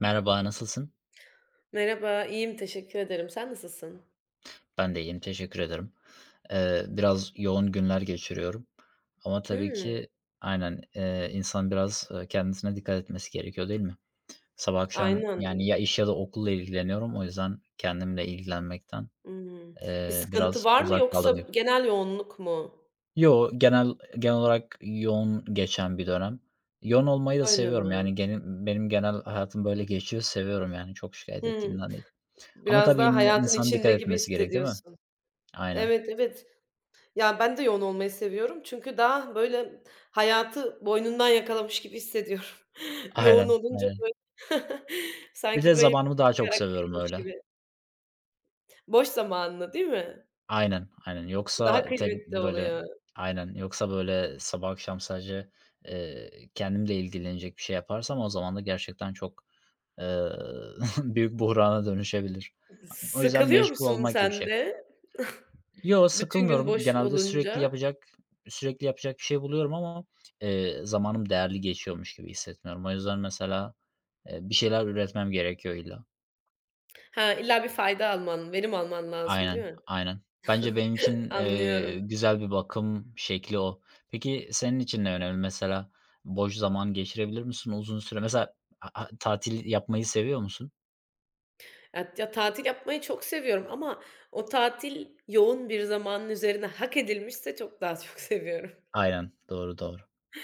Merhaba, nasılsın? Merhaba, iyiyim, teşekkür ederim. Sen nasılsın? Ben de iyiyim, teşekkür ederim. Biraz yoğun günler geçiriyorum ama tabii Hımm, ki aynen, insan biraz, kendisine dikkat etmesi gerekiyor, değil mi? Sabah akşam aynen. yani ya iş ya da okulla ilgileniyorum. O yüzden kendimle ilgilenmekten, Imm. Bir sıkıntı biraz var mı uzak yoksa kaldım gibi. genel yoğunluk mu? Yo, genel olarak yoğun geçen bir dönem. Yoğun olmayı da Öyle seviyorum. mi? Yani gene benim genel hayatım böyle geçiyor, seviyorum yani. Çok şikayet Hımm. ettiğimden değil. Ama Biraz tabii daha yine de hayatın insanın dikkat içinde gibi etmesi gerek, değil mi? hissediyorsun. Aynen. Evet, evet. Ya, ben de yoğun olmayı seviyorum çünkü daha, böyle, hayatı boynundan yakalamış gibi hissediyorum. Yoğun Aynen, olunca, aynen. böyle, Bir sanki, de böyle, zamanımı daha bir çok seviyorum karakteriymiş öyle. gibi. Boş zamanını, değil mi? Aynen, aynen. Daha Yoksa tek kıymetli böyle. oluyor. Aynen. Yoksa böyle sabah akşam sadece, kendimle ilgilenecek bir şey yaparsam o zaman da gerçekten çok, eee, büyük buhrana dönüşebilir. O yüzden Sıkılıyor meşgul musun olmak gibi bir sen şey. de? Yo, Bütün gün sıkılmıyorum. boş Genelde sürekli olunca. yapacak sürekli yapacak bir şey buluyorum ama, zamanım değerli geçiyormuş gibi hissetmiyorum. O yüzden mesela, bir şeyler üretmem gerekiyor illa. Ha, illa bir fayda alman, verim alman lazım, değil Aynen, mi? aynen. Bence benim için, Anlıyorum. güzel bir bakım şekli o. Peki senin için ne önemli? Mesela boş zaman geçirebilir misin uzun süre? Mesela a a tatil yapmayı seviyor musun? Ya ya, tatil yapmayı çok seviyorum ama o tatil yoğun bir zamanın üzerine hak edilmişse çok daha çok seviyorum. Aynen. Doğru, doğru.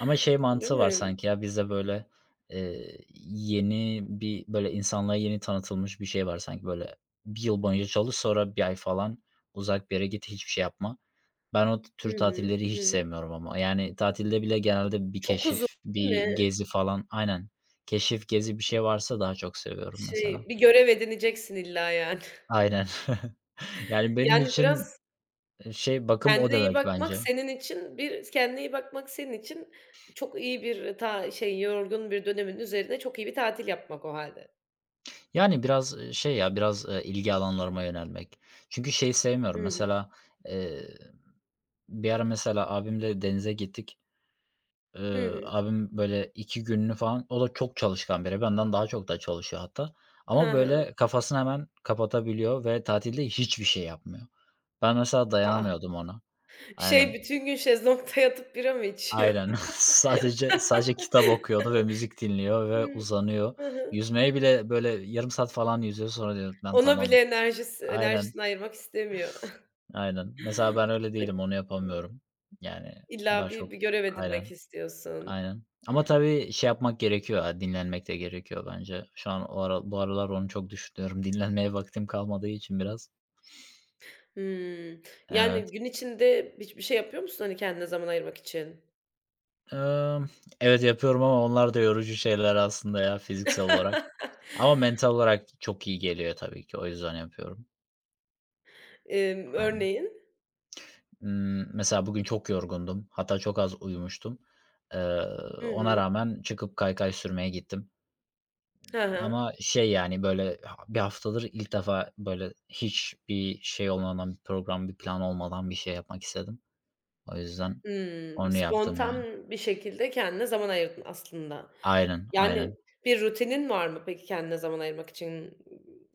Ama şey Değil mantığı var mi? sanki ya bizde böyle, eee, yeni bir böyle insanlığa yeni tanıtılmış bir şey var sanki böyle bir yıl boyunca çalış sonra bir ay falan uzak bir yere git hiçbir şey yapma. Ben o Hı tür hı. tatilleri hiç Hı. sevmiyorum ama yani tatilde bile genelde bir Çok uzun, keşif, değil bir mi? gezi falan. Aynen. Keşif, gezi bir şey varsa daha çok seviyorum Şey, mesela. bir görev edineceksin illa yani. Aynen. Yani benim Yani için, biraz şey bakım o kendine iyi demek bakmak bence. senin için çok iyi bir ta şey, yorgun bir dönemin üzerine çok iyi bir tatil yapmak o halde. Yani biraz, şey ya, biraz, ilgi alanlarıma yönelmek. Çünkü şeyi Hı sevmiyorum hı. mesela, eee, bir ara mesela abimle denize gittik. Hı Eee, hı. abim böyle 2 gününü falan o da çok çalışkan biri. Benden daha çok da çalışıyor hatta Hı ama hı. böyle kafasını hemen kapatabiliyor ve tatilde hiçbir şey yapmıyor. Ben mesela A, a! dayanamıyordum ona. Şey, Aynen, bütün gün şezlongda yatıp bira mı içiyor? aynen. Sadece kitap okuyordu ve müzik dinliyor ve Hıı. uzanıyor. Hı hı. Yüzmeye bile böyle yarım saat falan yüzüyor. Sonra diyor, "Ben Ona bile tamam." enerjisi Aynen. enerjisini ayırmak istemiyor. Aynen. Mesela ben öyle değilim, onu yapamıyorum. Yani İlla daha bir çok. bir görev edinmek Aynen, istiyorsun. aynen. Ama tabii şey yapmak gerekiyor ya, dinlenmek de gerekiyor bence. Şu an o ara bu aralar onu çok düşünüyorum. Dinlenmeye vaktim kalmadığı için biraz. Hımm. Yani, Evet. gün içinde hiçbir şey yapıyor musun, hani, kendine zaman ayırmak için? Emm, evet, yapıyorum ama onlar da yorucu şeyler aslında ya fiziksel olarak. Ama mental olarak çok iyi geliyor tabii ki. O yüzden yapıyorum. Aynen. örneğin? Mesela bugün çok yorgundum. Hatta çok az uyumuştum. Eee, Hı ona hı. rağmen çıkıp kaykay sürmeye gittim. Hı hı. Ama şey, yani, böyle, ha bir haftadır ilk defa, böyle, hiçbir şey olmadan, bir plan olmadan bir şey yapmak istedim. O yüzden Hımm. onu yaptım, yani. Spontan bir şekilde kendine zaman ayırdın aslında. Aynen, Yani, aynen. bir rutinin var mı peki kendine zaman ayırmak için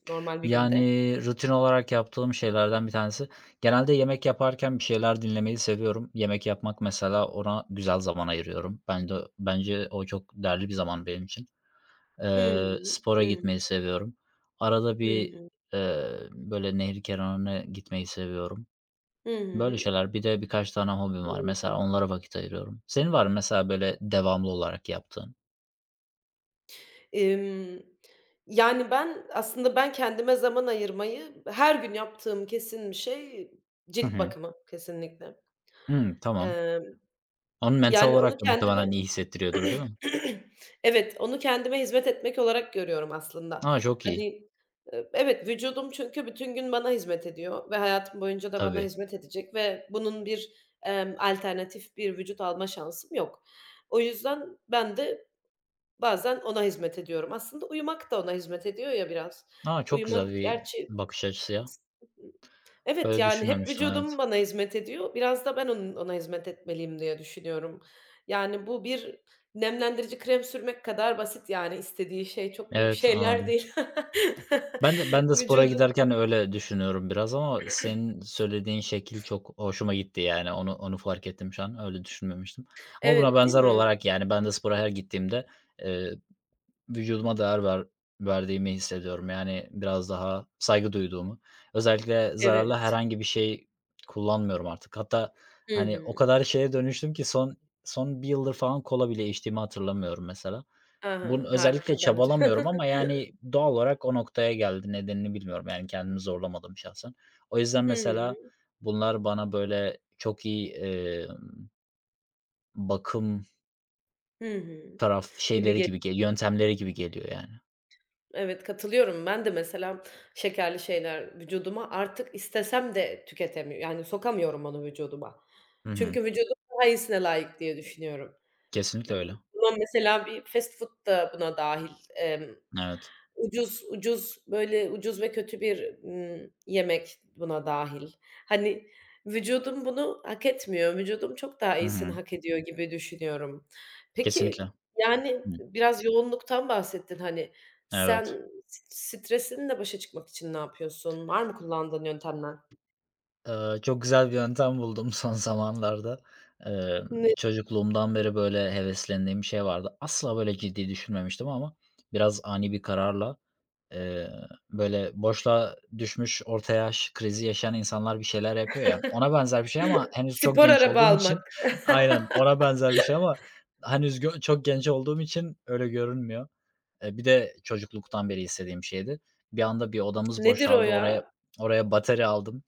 normal bir günde? Yani, rutin olarak yaptığım şeylerden bir tanesi. Genelde yemek yaparken bir şeyler dinlemeyi seviyorum. Yemek yapmak mesela, ona güzel zaman ayırıyorum. Ben de bence o çok değerli bir zaman benim için. Hı Eee, hı. Hı spora hı. gitmeyi seviyorum. Arada bir, Hı böyle, nehir kenarına gitmeyi seviyorum. Böyle hı. şeyler. Bir de birkaç tane Hı hobim var. hı. Mesela onlara vakit ayırıyorum. Senin var mı mesela böyle devamlı olarak yaptığın? Emm, yani, ben aslında kendime zaman ayırmayı her gün yaptığım kesin bir şey, Hı cilt hı. bakımı kesinlikle. Hımm, tamam. Emm, Onu mental yani, onu olarak da kendime muhtemelen iyi hissettiriyordur, değil mi? Evet, onu kendime hizmet etmek olarak görüyorum aslında. A, çok iyi. Hani, evet, vücudum çünkü bütün gün bana hizmet ediyor ve hayatım boyunca da bana Tabii. hizmet edecek ve bunun bir, alternatif bir vücut alma şansım yok. O yüzden ben de bazen ona hizmet ediyorum. Aslında uyumak da ona hizmet ediyor ya biraz. A, çok güzel Uyumak bir gerçi. bakış açısı ya. Evet, Böyle yani hep düşünmemiştim, evet. vücudum bana hizmet ediyor. Biraz da ben onun ona hizmet etmeliyim diye düşünüyorum. Yani bu bir nemlendirici krem sürmek kadar basit, yani istediği şey çok büyük Evet, şeyler anladım. değil. Ben de ben de spora Vücudun. giderken öyle düşünüyorum biraz ama senin söylediğin şekil çok hoşuma gitti yani. Onu fark ettim şu an. Öyle düşünmemiştim. Ama buna Evet, değil benzer mi? olarak yani ben de spora her gittiğimde, eee vücuduma değer verdiğimi hissediyorum. Yani, biraz daha saygı duyduğumu. Özellikle zararlı Evet. herhangi bir şey kullanmıyorum artık. Hatta, Hı hani, o hı. kadar şeye dönüştüm ki son bir yıldır falan kola bile içtiğimi hatırlamıyorum mesela. Ha, Bunu özellikle harika bence. çabalamıyorum ama, yani, doğal olarak o noktaya geldi. Nedenini bilmiyorum. Yani, kendimi zorlamadım şahsen. O yüzden Hı mesela hı. bunlar bana, böyle, çok iyi, bakım Hı hı. taraf Gibi. şeyleri gibi geliyor, yöntemleri gibi geliyor yani. Evet, katılıyorum. Ben de mesela şekerli şeyler vücuduma artık istesem de tüketemiyorum, yani sokamıyorum onu vücuduma. Hı hı. Çünkü vücudum daha iyisine layık diye düşünüyorum. Kesinlikle Imm, öyle. buna mesela bir fast food da buna dahil. Emm, Evet. Ucuz ucuz, böyle, ucuz ve kötü bir, yemek buna dâhil. Hani, vücudum bunu hak etmiyor. Vücudum çok daha Hı hı. iyisini hak ediyor gibi düşünüyorum. Peki, Kesinlikle. yani, Hı. biraz yoğunluktan bahsettin, hani. Evet. Sen stresinle başa çıkmak için ne yapıyorsun? Var mı kullandığın yöntemler? Çok güzel bir yöntem buldum son zamanlarda. Emm, Ne? çocukluğumdan beri böyle heveslendiğim bir şey vardı. Asla böyle ciddi düşünmemiştim ama biraz ani bir kararla, eee, böyle boşluğa düşmüş, orta yaş krizi yaşayan insanlar bir şeyler yapıyor ya, ona benzer bir şey ama henüz çok Spor genç araba olduğum almak. için. Aynen, ona benzer bir şey ama henüz çok genç olduğum için öyle görünmüyor. Bir de çocukluktan beri istediğim şeydi. Bir anda bir odamız Nedir o boşaldı. Oraya ya? oraya batarya aldım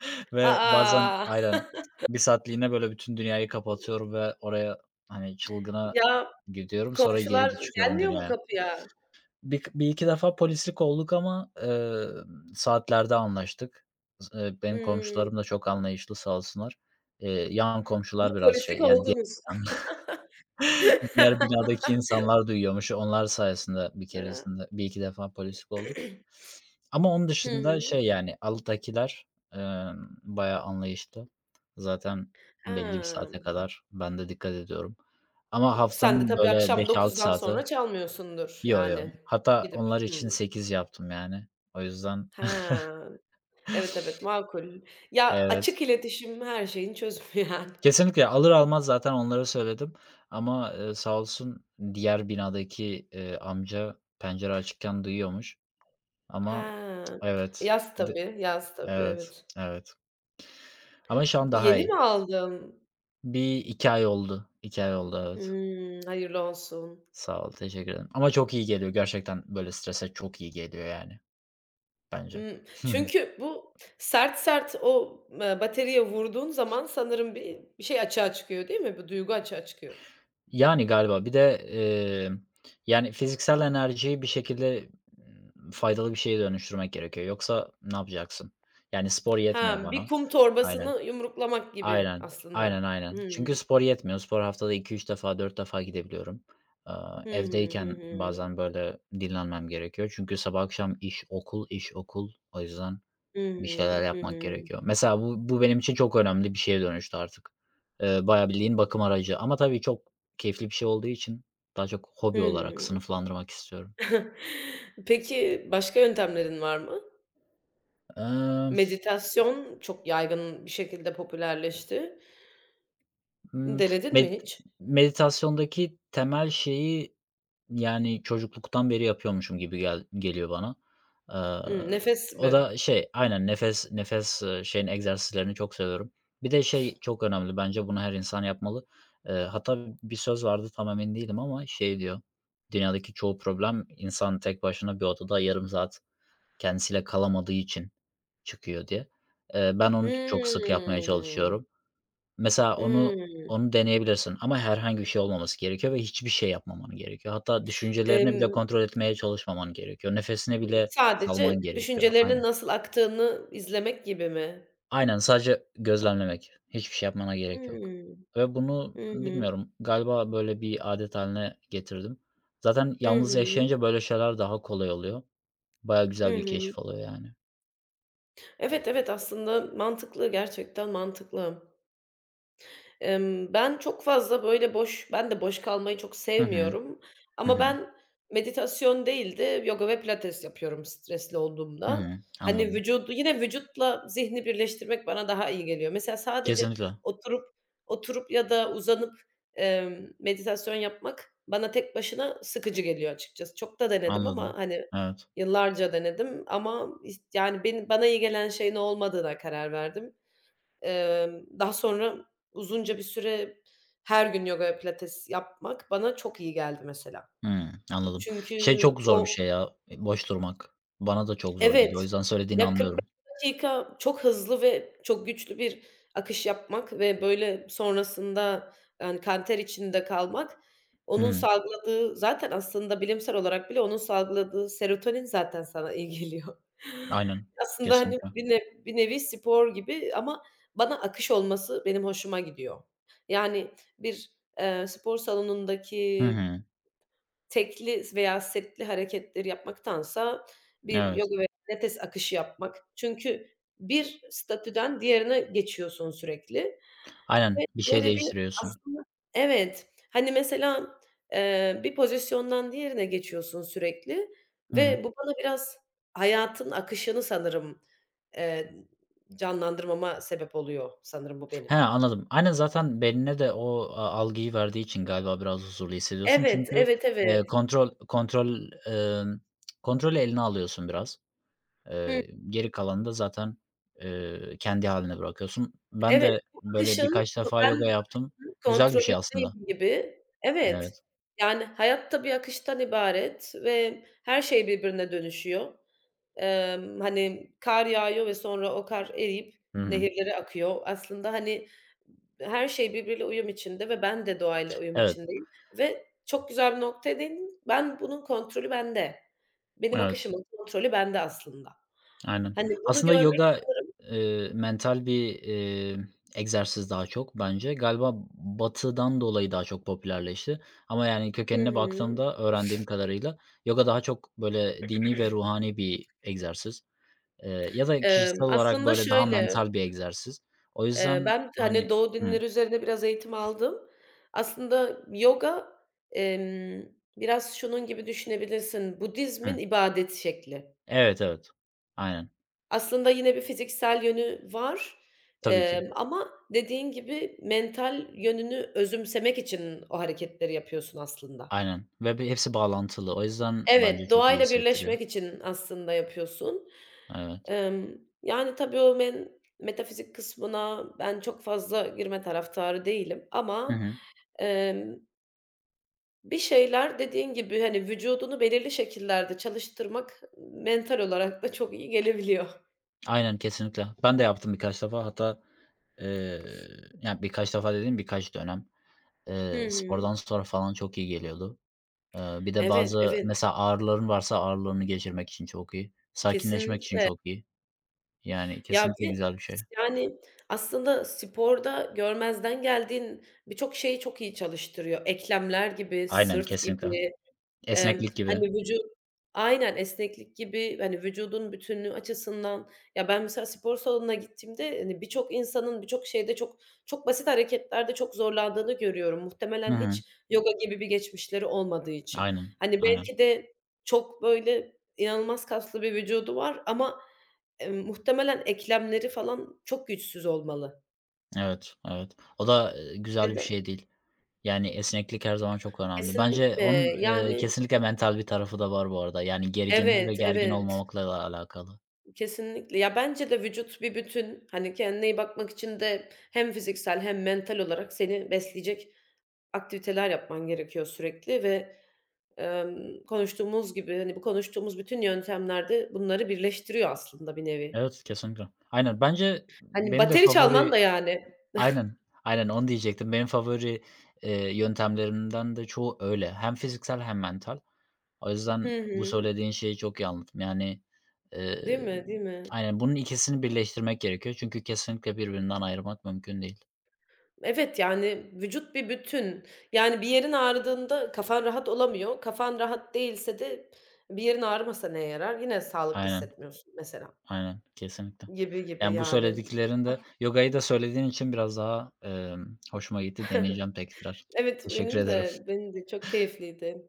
ve A! bazen. Aynen. Bir saatliğine böyle bütün dünyayı kapatıyorum ve oraya, hani, çılgına Ya, gidiyorum. Sonra geri de komşular çıkıyorum gelmiyor mu dünyaya. kapıya? Bir iki defa polislik olduk ama, saatlerde anlaştık. Z benim Hımm, komşularım da çok anlayışlı sağ olsunlar. Yan ama komşular biraz polislik şey, yani oldunuz. yan diğer binadaki insanlar duyuyormuş. Onlar sayesinde bir A! keresinde bir iki defa polislik olduk. Ama onun Hı dışında hı. şey, yani, alttakiler, bayağı anlayışlı. Zaten belli bir A! saate kadar ben de dikkat ediyorum. Ama Sen de haftanın tabii böyle akşam beş altı 9'dan saati. sonra çalmıyorsundur Yo, yo. yani Hatta gidip. onlar Hımm. için 8 yaptım yani. O yüzden. Ha. Evet, evet, makul. Ya, Evet. açık iletişim her şeyin çözümü yani. Kesinlikle alır almaz zaten onlara söyledim ama, sağ olsun diğer binadaki, amca pencere açıkken duyuyormuş. Ama Ha. evet, Yaz d tabii, yaz tabii, evet, evet. evet. Ama şu an daha Yeni iyi. mi aldın? Bir 2 ay oldu. 2 ay oldu, evet. Hımm, hayırlı olsun. Sağ ol, teşekkür ederim. Ama çok iyi geliyor gerçekten böyle strese çok iyi geliyor yani bence. Hımm. Çünkü bu sert sert o, bataryaya vurduğun zaman sanırım bir şey açığa çıkıyor, değil mi? Bu duygu açığa çıkıyor. Yani galiba bir de, yani fiziksel enerjiyi bir şekilde, faydalı bir şeye dönüştürmek gerekiyor. Yoksa ne yapacaksın? Yani spor yetmiyor Ha, bir bana. kum Aynen. torbasını yumruklamak gibi Aynen, aslında. aynen, aynen. Hıı. Çünkü spor yetmiyor. Spor haftada iki üç defa, 4 defa gidebiliyorum. Aaa, Hı hı, hı evdeyken hı. bazen, böyle, dinlenmem gerekiyor. Çünkü sabah akşam iş, okul, iş, okul. O yüzden Hı bir hı, şeyler hı yapmak hı. gerekiyor. Mesela bu benim için çok önemli bir şeye dönüştü artık. Bayağı bildiğin bakım aracı ama tabii çok keyifli bir şey olduğu için daha çok Hı hobi olarak hı. sınıflandırmak istiyorum. Peki, başka yöntemlerin var mı? Emm Meditasyon çok yaygın bir şekilde popülerleşti. Hımm, Denedin med mi hiç? meditasyondaki temel şeyi, yani, çocukluktan beri yapıyormuşum gibi geliyor bana. Eee, Hıı, nefes o mi? da şey, aynen nefes, şeyin egzersizlerini çok seviyorum. Bir de şey çok önemli bence bunu her insan yapmalı. Hatta bir söz vardı tam emin değilim ama şey diyor, "Dünyadaki çoğu problem insan tek başına bir odada yarım saat kendisiyle kalamadığı için çıkıyor." diye. Ben onu çok sık yapmaya Hımm. çalışıyorum. Mesela onu Hımm. onu deneyebilirsin ama herhangi bir şey olmaması gerekiyor ve hiçbir şey yapmaman gerekiyor. Hatta düşüncelerini bile Emm, kontrol etmeye çalışmaman gerekiyor. Nefesine bile sadece salman gerekiyor. düşüncelerinin Aynen. nasıl aktığını izlemek gibi mi? Aynen, sadece gözlemlemek. Hiçbir şey yapmana gerek yok Hımm. ve bunu Hı hı. bilmiyorum, galiba böyle bir adet haline getirdim. Zaten Hı yalnız hı. yaşayınca böyle şeyler daha kolay oluyor. Baya Hı güzel bir hı. keşif oluyor yani. Evet, evet, aslında mantıklı, gerçekten mantıklı. Ben çok fazla böyle boş ben de boş kalmayı çok Hı hı. sevmiyorum Hı ama hı. ben meditasyon değil de yoga ve pilates yapıyorum stresli Hı olduğumda. hı. Hani, Anladım. vücudu yine vücutla zihni birleştirmek bana daha iyi geliyor. Mesela sadece Kesinlikle. oturup oturup ya da uzanıp, meditasyon yapmak bana tek başına sıkıcı geliyor açıkçası. Çok da denedim ama, Anladım. hani, Evet. yıllarca denedim ama, yani, beni bana iyi gelen şeyin o olmadığına karar verdim. Daha sonra uzunca bir süre her gün yoga ve pilates yapmak bana çok iyi geldi mesela. Hımm, anladım. Çünkü Şey çok zor bir o. şey ya, boş durmak. Bana da çok zor geliyor. O Evet. yüzden söylediğini Ya, 45 anlıyorum. dakika çok hızlı ve çok güçlü bir akış yapmak ve, böyle, sonrasında, yani, kanter içinde kalmak, Hı onun hı. salgıladığı zaten aslında bilimsel olarak bile onun salgıladığı serotonin zaten sana iyi geliyor. Aynen. Aslında, hani, Kesinlikle. Bir nevi spor gibi ama bana akış olması benim hoşuma gidiyor. Yani, bir, spor Hı salonundaki hı. tekli veya setli hareketleri yapmaktansa bir Evet. yoga ve pilates akışı yapmak. Çünkü bir statüden diğerine geçiyorsun sürekli ve Aynen. Bir şey böyle bir değiştiriyorsun. aslında. Evet. Hani, mesela, bir pozisyondan diğerine geçiyorsun sürekli Hı hı. ve bu bana biraz hayatın akışını sanırım, eee, canlandırmama sebep oluyor sanırım bu He, benim. anladım. Aynen zaten beynine de o algıyı verdiği için galiba biraz huzurlu hissediyorsun. Evet, Çünkü, evet, eee, evet. kontrol kontrol, emm, kontrolü eline alıyorsun biraz. Hı. Geri kalanını da zaten, kendi hâline bırakıyorsun. Ben Evet, de bu böyle akışın birkaç defa ben yoga bu yaptım. akışın Güzel bir şey aslında. kontrolündeyim gibi. Evet. Evet. Yani hayat da bir akıştan ibaret ve her şey birbirine dönüşüyor. Hani, kar yağıyor ve sonra o kar eriyip Hı hı. nehirlere akıyor. Aslında, hani, her şey birbiriyle uyum içinde ve ben de doğayla uyum Evet, içindeyim ve çok güzel bir noktaya değindin. Ben bunun kontrolü bende. Benim evet. akışımın kontrolü bende aslında. Aynen. Hani, bunu Aslında görmek yoga, sanırım. Mental bir, egzersiz daha çok bence. Galiba Batı'dan dolayı daha çok popülerleşti ama yani Hı kökenine hı. baktığımda öğrendiğim kadarıyla yoga daha çok böyle dini ve ruhani bir egzersiz, ya da kişisel olarak Aslında böyle daha şöyle, mental bir egzersiz. O yüzden, ben, hani, hani. Doğu Hı, dinleri üzerine biraz eğitim aldım. Aslında yoga, emm, biraz şunun gibi düşünebilirsin, Budizm'in hı. ibadet şekli. Evet, evet. Aynen. Aslında yine bir fiziksel yönü var, Tabii ki. Ama dediğin gibi mental yönünü özümsemek için o hareketleri yapıyorsun aslında. Aynen ve hepsi bağlantılı. O yüzden bence Evet, çok iyi doğayla hissettiriyor. birleşmek için aslında yapıyorsun. Evet. Emm, yani, tabii o men metafizik kısmına ben çok fazla girme taraftarı değilim Hı ama, hı. emm, bir şeyler dediğin gibi, hani, vücudunu belirli şekillerde çalıştırmak mental olarak da çok iyi gelebiliyor. Aynen, kesinlikle. Ben de yaptım birkaç defa. Hatta, eee, yani birkaç defa dediğim birkaç dönem. Hı Eee, hı. spordan sonra falan çok iyi geliyordu. Bir de Evet, bazı evet, mesela ağrıların varsa ağrılarını geçirmek için çok iyi. Sakinleşmek için kesinlikle. çok iyi. Yani Ya, ve kesinlikle güzel bir şey. Yani, aslında sporda görmezden geldiğin birçok şeyi çok iyi çalıştırıyor. Eklemler gibi, Aynen, sırt kesinlikle. gibi. Esneklik gibi. Hani, vücut. Aynen, esneklik gibi, hani, vücudun bütünlüğü açısından. Ya, ben mesela spor salonuna gittiğimde, hani, birçok insanın birçok şeyde çok çok basit hareketlerde çok zorlandığını görüyorum. Hı Muhtemelen hı. hiç yoga gibi bir geçmişleri olmadığı için. Aynen, Hani, aynen. belki de çok, böyle, inanılmaz kaslı bir vücudu var ama, muhtemelen eklemleri falan çok güçsüz olmalı. Evet, evet. O da, güzel Ya bir da. şey değil. Yani esneklik her zaman çok önemli. Bence Kesinlikle, onun, yani. kesinlikle mental bir tarafı da var bu arada. Yani gerginlik ve Evet, gergin evet. olmamakla da alakalı. Kesinlikle. Ya, bence de vücut bir bütün. Hani, kendine iyi bakmak için de hem fiziksel hem mental olarak seni besleyecek aktiviteler yapman gerekiyor sürekli ve, konuştuğumuz gibi, hani, bu konuştuğumuz bütün yöntemlerde bunları birleştiriyor aslında bir nevi. Evet, kesinlikle. Aynen. Bence Hani, benim de bateri çalman favori. da yani. Aynen, aynen onu diyecektim. Benim favori, yöntemlerimden de çoğu öyle. Hem fiziksel hem mental. O Hı yüzden bu hı. söylediğin şeyi çok iyi anlattın. Yani, Değil mi, emm, değil mi? aynen bunun ikisini birleştirmek gerekiyor. Çünkü kesinlikle birbirinden ayırmak mümkün değil. Evet, yani, vücut bir bütün. Yani, bir yerin ağrıdığında kafan rahat olamıyor. Kafan rahat değilse de bir yerin ağrımasa neye yarar? Yine sağlıklı Aynen, hissetmiyorsun mesela. aynen. Kesinlikle. Gibi gibi Yani bu yani. söylediklerin de yogayı da söylediğin için biraz daha, hoşuma gitti. Deneyeceğim tekrar. Evet, Teşekkür benim ederim. de benim de çok keyifliydi.